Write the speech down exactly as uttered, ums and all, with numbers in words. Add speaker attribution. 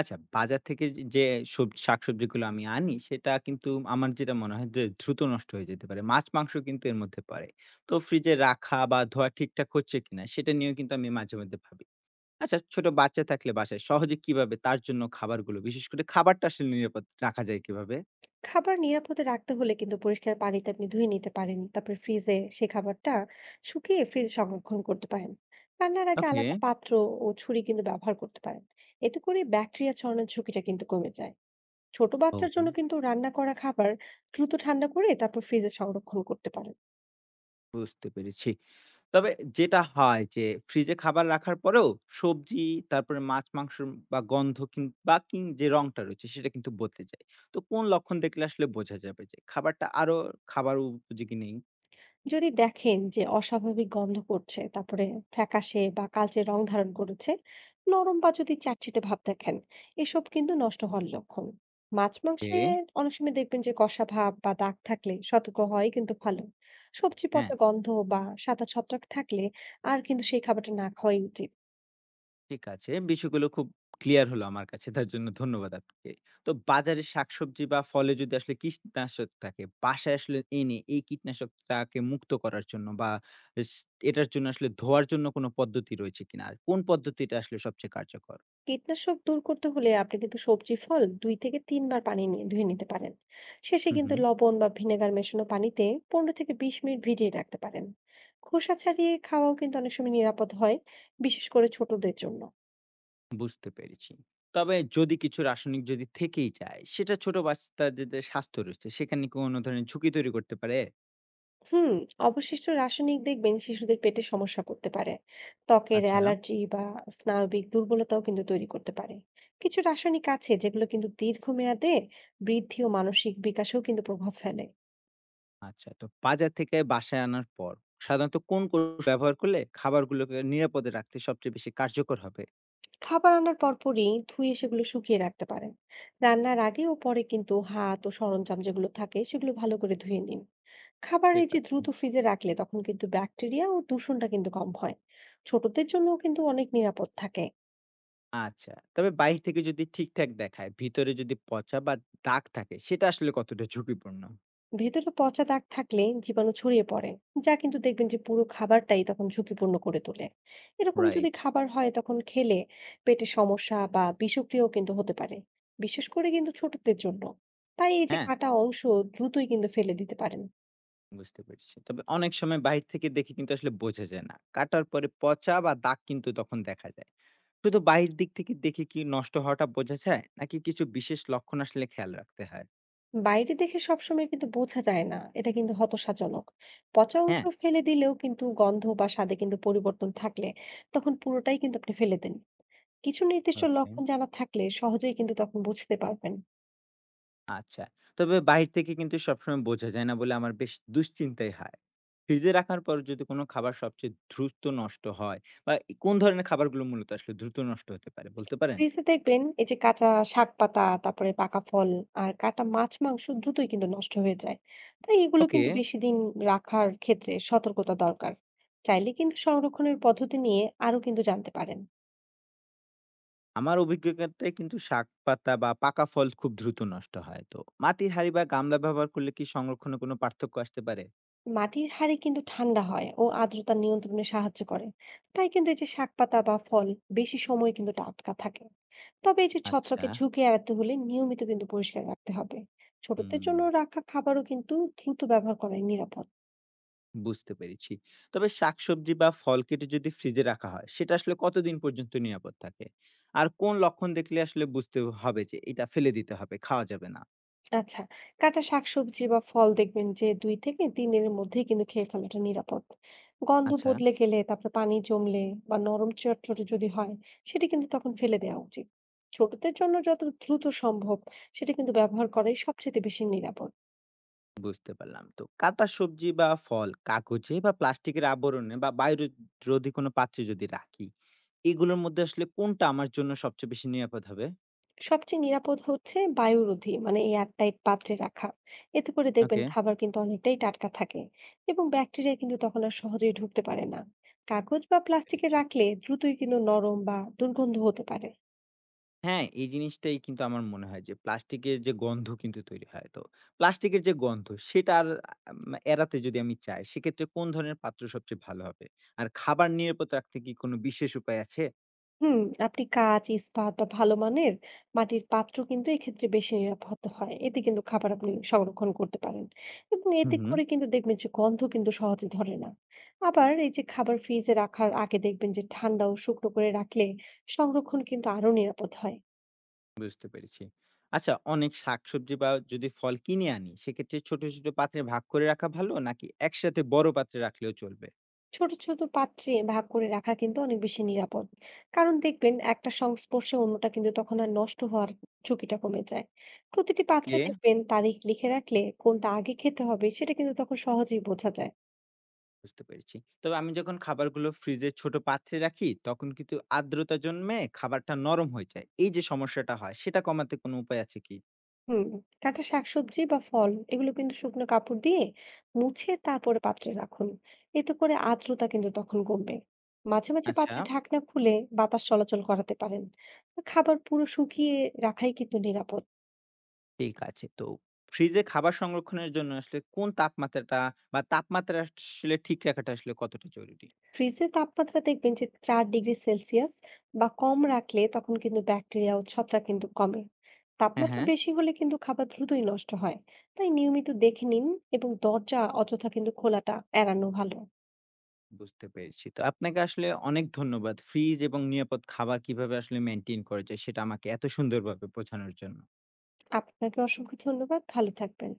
Speaker 1: আচ্ছা, বাজার থেকে যে যে সব শাকসবজিগুলো আমি আনি সেটা কিন্তু আমার যেটা মনে হয় যে দ্রুত নষ্ট হয়ে যেতে পারে। মাছ-মাংস কিন্তু এর মধ্যে পড়ে। তো ফ্রিজে রাখা বা ধোয়া ঠিকঠাক হচ্ছে কিনা সেটা নিয়েও কিন্তু আমি মাঝে মধ্যে ভাবি। আচ্ছা ছোট বাচ্চা থাকলে বাসায় সহজে কিভাবে তার জন্য খাবারগুলো বিশেষ করে খাবারটা আসলে নিরাপদ রাখা যায় কিভাবে?
Speaker 2: খাবার নিরাপদে রাখতে হলে কিন্তু পরিষ্কার পানিতে আপনি ধুয়ে নিতে পারেন, তারপরে ফ্রিজে সে খাবারটা শুকিয়ে ফ্রিজে সংরক্ষণ করতে পারেন। রান্নার আগে হুম
Speaker 1: ওকে।
Speaker 2: আলাদা পাত্র ও ছুরি কিন্তু ব্যবহার করতে পারেন। এতে করে ব্যাকটেরিয়া ছড়ানোর ঝুঁকিটা কিন্তু কমে যায়। ছোট
Speaker 1: ও।
Speaker 2: বাচ্চার জন্য কিন্তু রান্না করা খাবার দ্রুত ঠান্ডা করে তারপর ফ্রিজে সংরক্ষণ করতে পারেন।
Speaker 1: বুঝতে পেরেছি। তবে যেটা হয় যে ফ্রিজে খাবার রাখার পরেও সবজি, তারপরে মাছ, মাংস বা গন্ধ কিন বা কিন যে রংটা রয়েছে সেটা কিন্তু বদলে যায়। তো কোন লক্ষণ দেখলে আসলে বোঝা যাবে যে খাবারটা আরো খাবার উপযোগী নেই?
Speaker 2: যদি দেখেন যে অস্বাভাবিক গন্ধ করছে, তারপরে ফ্যাকাশে বা কালচে রং ধারণ করেছে, নরম বা যদি চ্যাটচ্যাটে ভাব দেখেন, এসব কিন্তু নষ্ট হওয়ার লক্ষণ। মাছ মাংসে
Speaker 1: এ।
Speaker 2: অনেক সময় দেখবেন যে কষা ভাব বা দাগ থাকলে সতর্ক হয় কিন্তু ভালো। সবজি
Speaker 1: হ্যাঁ।
Speaker 2: পচা গন্ধ বা সাদা ছত্রাক থাকলে আর কিন্তু সেই খাবারটা না খাওয়াই উচিত।
Speaker 1: ঠিক আছে। বিষয়গুলো খুব ক্লিয়ার হলো আমার কাছে। তার জন্য ধন্যবাদ আপনাকে। তো বাজারে শাকসবজি বা ফলে যদি আসলে কীটনাশক থাকে, বাসায় আসলে এনে এই কীটনাশকটাকে মুক্ত করার জন্য বা ইস এটার জন্য আসলে ধোয়ার জন্য কোনো পদ্ধতি রয়েছে কিনা? আর কোন পদ্ধতিটা আসলে সবচেয়ে কার্যকর?
Speaker 2: কীটনাশক দূর করতে হলে আপনি কিন্তু সবজি ফল দুই থেকে তিন বার পানি নিয়ে ধুয়ে নিতে পারেন। শেষে
Speaker 1: হুম,
Speaker 2: কিন্তু
Speaker 1: হুম।
Speaker 2: লবণ বা ভিনেগার মেশানো পানিতে পনেরো থেকে বিশ মিনিট ভিজিয়ে রাখতে পারেন। খোসা ছাড়িয়ে খাওয়াও কিন্তু অনেক সময় নিরাপদ হয়, বিশেষ করে ছোটদের জন্য।
Speaker 1: বুঝতে পেরেছি। তবে যদি কিছু রাসায়নিক যদি থেকেই যায়, সেটা ছোট বাচ্চাদের স্বাস্থ্য রয়েছে, সেখানে কি কোনো ধরনের ঝুঁকি তৈরি করতে পারে?
Speaker 2: হুম, অবশিষ্ট রাসায়নিক দেখবেন শিশুদের পেটে সমস্যা করতে পারে। ত্বকের
Speaker 1: আচ্ছা।
Speaker 2: অ্যালার্জি বা স্নায়বিক দুর্বলতাও কিন্তু তৈরি করতে পারে। কিছু রাসায়নিক আছে যেগুলো কিন্তু দীর্ঘমেয়াদে বৃদ্ধি ও মানসিক বিকাশেও কিন্তু প্রভাব ফেলে।
Speaker 1: আচ্ছা, তো বাজার থেকে বাসায় আনার পর সাধারণত কোন কৌশল ব্যবহার করলে খাবারগুলোকে নিরাপদে রাখতে সবচেয়ে বেশি কার্যকর হবে?
Speaker 2: খাবার আনার পরপরই ধুয়ে সেগুলো শুকিয়ে রাখতে পারেন। রান্নার আগে ও পরে কিন্তু হাত ও সরঞ্জাম যেগুলো থাকে সেগুলো ভালো করে ধুয়ে নিন। খাবার
Speaker 1: ঠিক
Speaker 2: এই যে
Speaker 1: আছে।
Speaker 2: দ্রুত ফ্রিজে রাখলে তখন কিন্তু ব্যাকটেরিয়া ও দূষণটা কিন্তু কম হয়, ছোটদের জন্য কিন্তু অনেক নিরাপদ থাকে।
Speaker 1: আচ্ছা, তবে বাইরে থেকে যদি ঠিকঠাক দেখায়, ভিতরে যদি পচা বা দাগ থাকে সেটা আসলে কতটা ঝুঁকিপূর্ণ?
Speaker 2: ভেতরে পচা দাগ থাকলে জীবাণু ছড়িয়ে পড়ে, যা কিন্তু দেখবেন যে পুরো খাবারটাই তখন ঝুঁকিপূর্ণ করে তোলে। এরকম যদি
Speaker 1: রাইট।
Speaker 2: খাবার হয় তখন খেলে পেটে সমস্যা বা বিষক্রিয়াও কিন্তু হতে পারে, বিশেষ করে কিন্তু ছোটদের জন্য। তাই এই যে
Speaker 1: হ্যাঁ,
Speaker 2: কাটা অংশ দ্রুতই কিন্তু ফেলে দিতে পারেন।
Speaker 1: বুঝতে পেরেছি। তবে অনেক সময় বাইরে থেকে দেখে কিন্তু আসলে বোঝা যায় না। কাটার পরে পচা বা দাগ কিন্তু তখন দেখা যায়। শুধু বাইরের দিক থেকে দেখে কি নষ্ট হওয়াটা বোঝা যায়? নাকি কিছু বিশেষ লক্ষণ আসলে খেয়াল রাখতে হয়?
Speaker 2: বাইরে দেখে সবসময় কিন্তু বোঝা যায় না, এটা কিন্তু হতাশাজনক। পচা অংশ
Speaker 1: হ্যাঁ।
Speaker 2: ফেলে দিলেও কিন্তু গন্ধ বা স্বাদে কিন্তু পরিবর্তন থাকলে তখন পুরোটাই কিন্তু আপনি ফেলে দেন। কিছু নির্দিষ্ট
Speaker 1: ওকে।
Speaker 2: লক্ষণ জানা থাকলে সহজেই কিন্তু তখন বুঝতে পারবেন।
Speaker 1: আচ্ছা। তবে বাহির থেকে কিন্তু সবসময় বোঝা যায় না বলে আমার বেশ দুশ্চিন্তাই হয়। ফ্রিজে রাখার পর যদি কোনো খাবার সবচেয়ে দ্রুত নষ্ট হয় বা ই কোন ধরনের খাবারগুলো মূলত আসলে দ্রুত নষ্ট হতে পারে বলতে পারেন?
Speaker 2: ফ্রিজে দেখবেন এই যে কাঁচা শাক পাতা, তারপরে পাকা ফল আর কাটা মাছ মাংস দ্রুতই কিন্তু নষ্ট হয়ে যায়। তাই এগুলো
Speaker 1: ওকে।
Speaker 2: কিন্তু বেশি দিন রাখার ক্ষেত্রে সতর্কতা দরকার। চাইলে কিন্তু সংরক্ষণের পদ্ধতি নিয়ে আরো কিন্তু জানতে পারেন।
Speaker 1: আমার অভিজ্ঞতায় কিন্তু শাক-পাতা বা পাকা ফল খুব দ্রুত নষ্ট হয়। তো মাটির হাঁড়ি বা গামলা ব্যবহার করলে কি সংরক্ষণে কোনো পার্থক্য আসতে পারে?
Speaker 2: মাটির হাড়ি কিন্তু ঠান্ডা হয় ও আর্দ্রতা নিয়ন্ত্রণে সাহায্য করে। তাই কিন্তু এই যে শাক পাতা বা ফল বেশি সময় কিন্তু টাটকা থাকে। তবে এই যে
Speaker 1: আচ্ছা,
Speaker 2: ছত্রাকের ঝুঁকি এড়াতে হলে নিয়মিত কিন্তু পরিষ্কার রাখতে হবে। ছোটদের জন্য
Speaker 1: হুম।
Speaker 2: রাখা খাবারও কিন্তু দ্রুত ব্যবহার করাই নিরাপদ।
Speaker 1: বুঝতে পেরেছি। তবে শাকসবজি বা ফল কেটে যদি ফ্রিজে রাখা হয়, সেটা আসলে কতদিন পর্যন্ত নিরাপদ থাকে? আর কোন লক্ষণ দেখলে আসলে বুঝতে হবে যে এটা ফেলে দিতে হবে, খাওয়া যাবে না?
Speaker 2: আচ্ছা, কাটা শাকসবজি বা ফল দেখবেন যে দুই থেকে তিন দিনের মধ্যেই কিন্তু খেয়ে ফেলাটা নিরাপদ। গন্ধ
Speaker 1: আচ্ছা,
Speaker 2: বদলে গেলে, তারপরে পানি জমলে বা নরম চটচটে যদি হয়, সেটা কিন্তু তখন ফেলে দেওয়া উচিত। ছোটদের জন্য যত দ্রুত সম্ভব সেটা কিন্তু ব্যবহার করাই সবচেয়ে বেশি নিরাপদ।
Speaker 1: বুঝতে পারলাম। তো কাটা সবজি বা ফল কাগজে বা প্লাস্টিকের আবরণে বা বায়ুরোধী কোনো পাত্রে যদি রাখি, এগুলোর মধ্যে আসলে কোনটা আমার জন্য সবচেয়ে বেশি নিরাপদ হবে?
Speaker 2: সবচেয়ে নিরাপদ হচ্ছে বায়ুরোধী মানে এয়ারটাইট পাত্রে রাখা। এতে করে দেখবেন
Speaker 1: ওকে,
Speaker 2: খাবার কিন্তু অনেকটাই টাটকা থাকে এবং ব্যাকটেরিয়া কিন্তু তখন আর সহজেই ঢুকতে পারে না। কাগজ বা
Speaker 1: বুঝতে
Speaker 2: প্লাস্টিকে
Speaker 1: পেরেছি।
Speaker 2: রাখলে দ্রুতই কিন্তু নরম বা দুর্গন্ধ হতে পারে।
Speaker 1: হ্যাঁ, এই জিনিসটাই কিন্তু আমার মনে হয় যে প্লাস্টিকের যে গন্ধ কিন্তু তৈরি হয়। তো প্লাস্টিকের যে গন্ধ সেটা আর আম এড়াতে যদি আমি চাই সেক্ষেত্রে কোন ধরনের পাত্র সবচেয়ে ভালো হবে? আর খাবার নিরাপদ রাখতে কি কোনো বিশেষ উপায় আছে?
Speaker 2: হুম, আপনি কাঁচ, ইস্পাত বা ভালো মানের মাটির পাত্র কিন্তু এক্ষেত্রে বেশি নিরাপদ হয়। এতে কিন্তু খাবার আপনি সংরক্ষণ করতে পারেন এবং
Speaker 1: হুম,
Speaker 2: এতে
Speaker 1: হুম।
Speaker 2: করে কিন্তু দেখবেন যে গন্ধ কিন্তু সহজে ধরে না। আবার এই যে খাবার ফ্রিজে রাখার আগে দেখবেন যে ঠান্ডা ও শুকনো করে রাখলে সংরক্ষণ কিন্তু আরো নিরাপদ হয়।
Speaker 1: বুঝতে পেরেছি। আচ্ছা অনেক শাকসবজি বা যদি ফল কিনে আনি সেক্ষেত্রে ছোট, ছোট পাত্রে ভাগ করে রাখা ভালো নাকি একসাথে বড় পাত্রে রাখলেও চলবে?
Speaker 2: ছোট, ছোট পাত্রে ভাগ করে রাখা কিন্তু অনেক বেশি নিরাপদ। কারণ দেখবেন একটা সংস্পর্শে অন্যটা কিন্তু তখন আর নষ্ট হওয়ার ঝুঁকিটা কমে যায়। প্রতিটি পাত্রে
Speaker 1: ওকে।
Speaker 2: দেখবেন তারিখ লিখে রাখলে কোনটা আগে খেতে হবে সেটা কিন্তু তখন সহজেই বোঝা যায়।
Speaker 1: বুঝতে পেরেছি। তবে আমি যখন খাবারগুলো ফ্রিজে ছোট পাত্রে রাখি, তখন কিন্তু আর্দ্রতা জন্মে খাবারটা নরম হয়ে যায়। এই যে সমস্যাটা হয়, সেটা কমাতে কোনো উপায় আছে কি?
Speaker 2: হুম, কাঁটা শাকসবজি বা ফল এগুলো কিন্তু শুকনো কাপড় দিয়ে মুছে তারপরে পাত্রে রাখুন। এতে করে আর্দ্রতা কিন্তু তখন কমবে। মাঝে, মাঝে
Speaker 1: আচ্ছা,
Speaker 2: পাত্রের ঢাকনা খুলে বাতাস চলাচল করাতে পারেন। খাবার পুরো শুকিয়ে রাখাই কিন্তু নিরাপদ।
Speaker 1: ঠিক আছে। তো ফ্রিজে খাবার সংরক্ষণের জন্য আসলে কোন তাপমাত্রাটা বা তাপমাত্রা আসলে ঠিক রাখাটা আসলে কতটা জরুরি?
Speaker 2: ফ্রিজে তাপমাত্রা দেখবেন যে চার ডিগ্রি সেলসিয়াস বা কম রাখলে তখন কিন্তু ব্যাকটেরিয়া ও ছত্রাক কিন্তু কমে।
Speaker 1: হ্যাঁ,
Speaker 2: তাপমাত্রা
Speaker 1: হ্যাঁ,
Speaker 2: বেশি হলে কিন্তু খাবার দ্রুতই নষ্ট হয়। তাই নিয়মিত দেখে নিন এবং দরজা অযথা কিন্তু খোলাটা এড়ানো ভালো।
Speaker 1: বুঝতে পেরেছি। তো আপনাকে আসলে অনেক ধন্যবাদ। ফ্রিজ এবং নিরাপদ খাবার কিভাবে আসলে মেইনটেইন করা যায়, সেটা আমাকে এত সুন্দরভাবে বোঝানোর জন্য।
Speaker 2: আপনাকে অসংখ্য ধন্যবাদ, ভালো থাকবেন।